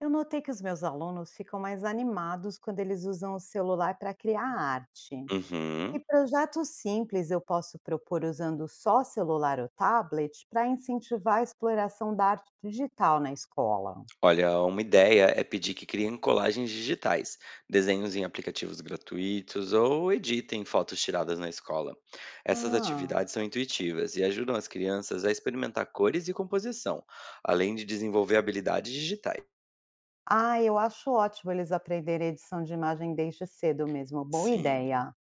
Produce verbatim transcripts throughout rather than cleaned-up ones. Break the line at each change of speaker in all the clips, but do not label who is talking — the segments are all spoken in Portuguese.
Eu notei que os meus alunos ficam mais animados quando eles usam o celular para criar arte. E
Uhum.
projetos simples eu posso propor usando só celular ou tablet para incentivar a exploração da arte digital na escola.
Olha, uma ideia é pedir que criem colagens digitais, desenhos em aplicativos gratuitos ou editem fotos tiradas na escola. Essas
Ah,
atividades são intuitivas e ajudam as crianças a experimentar cores e composição, além de desenvolver habilidades digitais.
ah, eu acho ótimo eles aprenderem edição de imagem desde cedo mesmo. Boa
Sim.
ideia.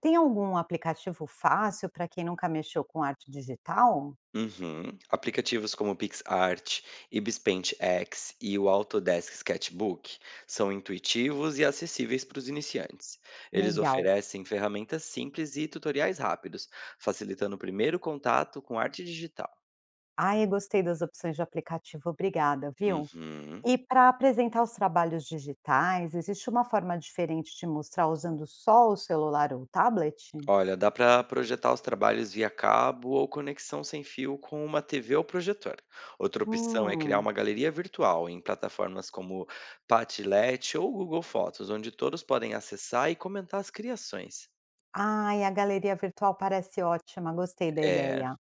Tem algum aplicativo fácil para quem nunca mexeu com arte digital?
Uhum. Aplicativos como PixArt, Ibispaint X e o Autodesk Sketchbook são intuitivos e acessíveis para os iniciantes. Eles
Legal.
oferecem ferramentas simples e tutoriais rápidos, facilitando o primeiro contato com arte digital.
Ah, eu gostei das opções de aplicativo. Obrigada, viu?
Uhum.
E para apresentar os trabalhos digitais, existe uma forma diferente de mostrar usando só o celular ou o tablet?
Olha, dá para projetar os trabalhos via cabo ou conexão sem fio com uma T V ou projetor. Outra opção é criar
Hum.
uma galeria virtual em plataformas como Padlet ou Google Fotos, onde todos podem acessar e comentar as criações.
Ai, a galeria virtual parece ótima, gostei da
É.
ideia.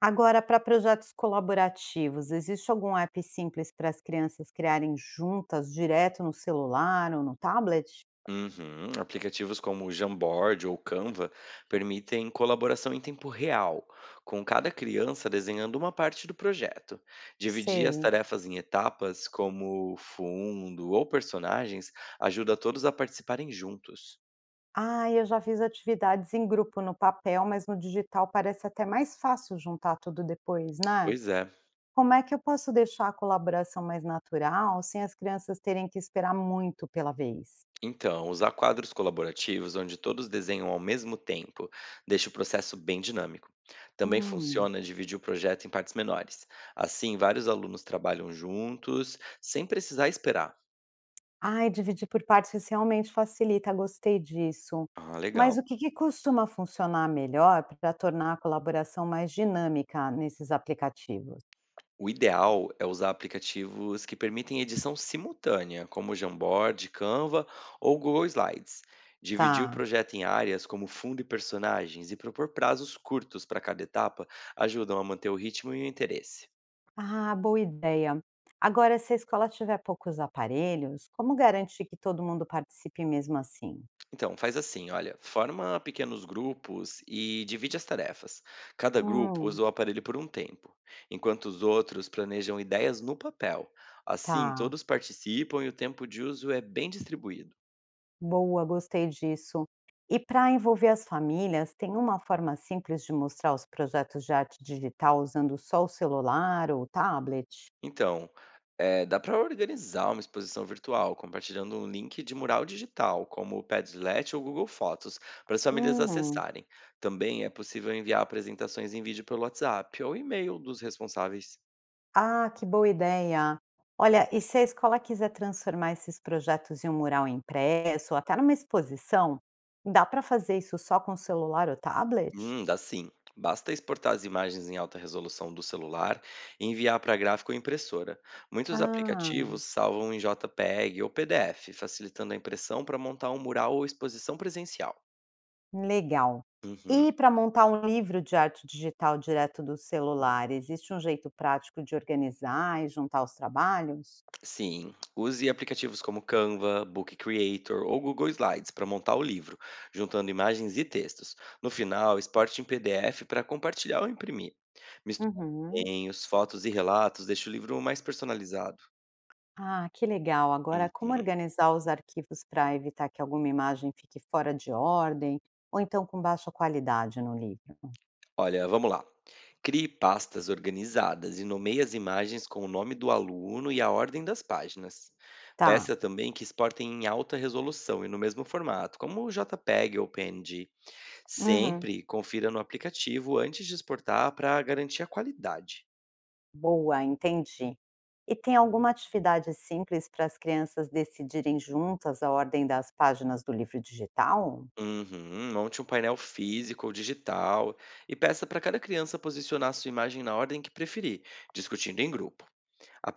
Agora, para projetos colaborativos, existe algum app simples para as crianças criarem juntas, direto no celular ou no tablet?
Uhum. Aplicativos como o Jamboard ou Canva permitem colaboração em tempo real, com cada criança desenhando uma parte do projeto. Dividir as
Sei.
tarefas em etapas, como fundo ou personagens, ajuda todos a participarem juntos.
Ah, eu já fiz atividades em grupo no papel, mas no digital parece até mais fácil juntar tudo depois, né?
Pois é.
Como é que eu posso deixar a colaboração mais natural, sem as crianças terem que esperar muito pela vez?
Então, usar quadros colaborativos onde todos desenham ao mesmo tempo deixa o processo bem dinâmico. Também
Hum.
funciona dividir o projeto em partes menores. Assim, vários alunos trabalham juntos, sem precisar esperar.
Ai, dividir por partes realmente facilita, gostei disso.
Ah, legal.
Mas o que que costuma funcionar melhor para tornar a colaboração mais dinâmica nesses aplicativos?
O ideal é usar aplicativos que permitem edição simultânea, como o Jamboard, Canva ou Google Slides. Dividir o
Tá.
projeto em áreas como fundo e personagens e propor prazos curtos para cada etapa ajudam a manter o ritmo e o interesse.
Ah, boa ideia. Agora, se a escola tiver poucos aparelhos, como garantir que todo mundo participe mesmo assim?
Então, faz assim, olha, forma pequenos grupos e divide as tarefas. Cada grupo
Hum,
usa o aparelho por um tempo, enquanto os outros planejam ideias no papel. Assim,
tá.
todos participam e o tempo de uso é bem distribuído.
Boa, gostei disso. E para envolver as famílias, tem uma forma simples de mostrar os projetos de arte digital usando só o celular ou o tablet?
Então, eh, dá para organizar uma exposição virtual, compartilhando um link de mural digital, como o Padlet ou Google Fotos, para as famílias
Hum,
acessarem. Também é possível enviar apresentações em vídeo pelo WhatsApp ou e-mail dos responsáveis.
ah, que boa ideia! Olha, e se a escola quiser transformar esses projetos em um mural impresso ou até numa exposição, dá para fazer isso só com celular ou tablet?
Hum, dá sim. Basta exportar as imagens em alta resolução do celular e enviar para gráfico ou impressora. Muitos
Ah.
aplicativos salvam em JPEG ou P D F, facilitando a impressão para montar um mural ou exposição presencial.
Legal.
Uhum.
E para montar um livro de arte digital direto do celular, existe um jeito prático de organizar e juntar os trabalhos?
Sim, use aplicativos como Canva, Book Creator ou Google Slides para montar o livro, juntando imagens e textos. No final, exporte em P D F para compartilhar ou imprimir. Misturar
Uhum.
desenhos, fotos e relatos deixa o livro mais personalizado.
Ah, que legal. Agora, como
Uhum.
organizar os arquivos para evitar que alguma imagem fique fora de ordem ou então com baixa qualidade no livro?
Olha, vamos lá. Crie pastas organizadas e nomeie as imagens com o nome do aluno e a ordem das páginas.
Tá.
Peça também que exportem em alta resolução e no mesmo formato, como o JPEG ou P N G.
Uhum.
Sempre confira no aplicativo antes de exportar para garantir a qualidade.
Boa, entendi. E tem alguma atividade simples para as crianças decidirem juntas a ordem das páginas do livro digital?
Uhum, monte um painel físico ou digital e peça para cada criança posicionar sua imagem na ordem que preferir, discutindo em grupo.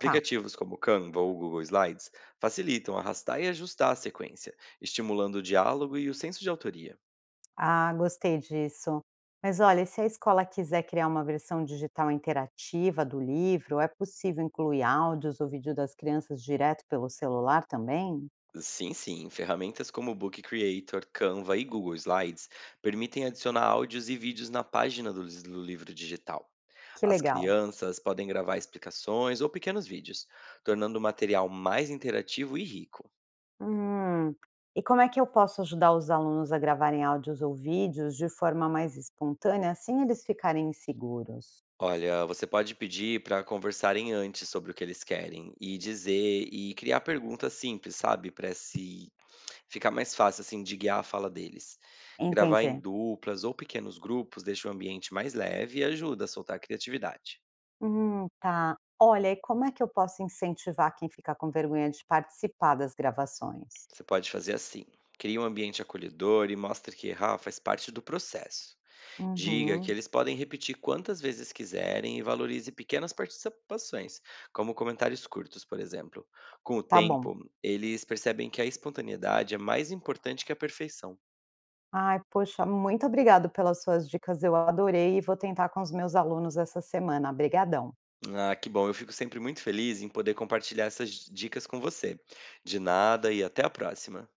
Tá.
como Canva ou Google Slides facilitam arrastar e ajustar a sequência, estimulando o diálogo e o senso de autoria.
Ah, gostei disso. Mas olha, e se a escola quiser criar uma versão digital interativa do livro, é possível incluir áudios ou vídeo das crianças direto pelo celular também?
Sim, sim, ferramentas como Book Creator, Canva e Google Slides permitem adicionar áudios e vídeos na página do lis- do livro digital.
Que
As
legal.
crianças podem gravar explicações ou pequenos vídeos, tornando o material mais interativo e rico.
Hum. E como é que eu posso ajudar os alunos a gravarem áudios ou vídeos de forma mais espontânea, sem eles ficarem inseguros?
Olha, você pode pedir para conversarem antes sobre o que eles querem e dizer e criar perguntas simples, sabe, para se ficar mais fácil assim de guiar a fala deles. Gravar
Entendi.
em duplas ou pequenos grupos deixa o ambiente mais leve e ajuda a soltar a criatividade.
Hum, tá. Olha, e como é que eu posso incentivar quem fica com vergonha de participar das gravações?
Você pode fazer assim: cria um ambiente acolhedor e mostre que errar faz parte do processo. Diga que
Uhum,
eles podem repetir quantas vezes quiserem e valorize pequenas participações, como comentários curtos, por exemplo. Com o
tá bom.
tempo, eles percebem que a espontaneidade é mais importante que a perfeição.
Ai, poxa, muito obrigado pelas suas dicas, eu adorei e vou tentar com os meus alunos essa semana. Obrigadão.
Ah, que bom, eu fico sempre muito feliz em poder compartilhar essas dicas com você. De nada e até a próxima.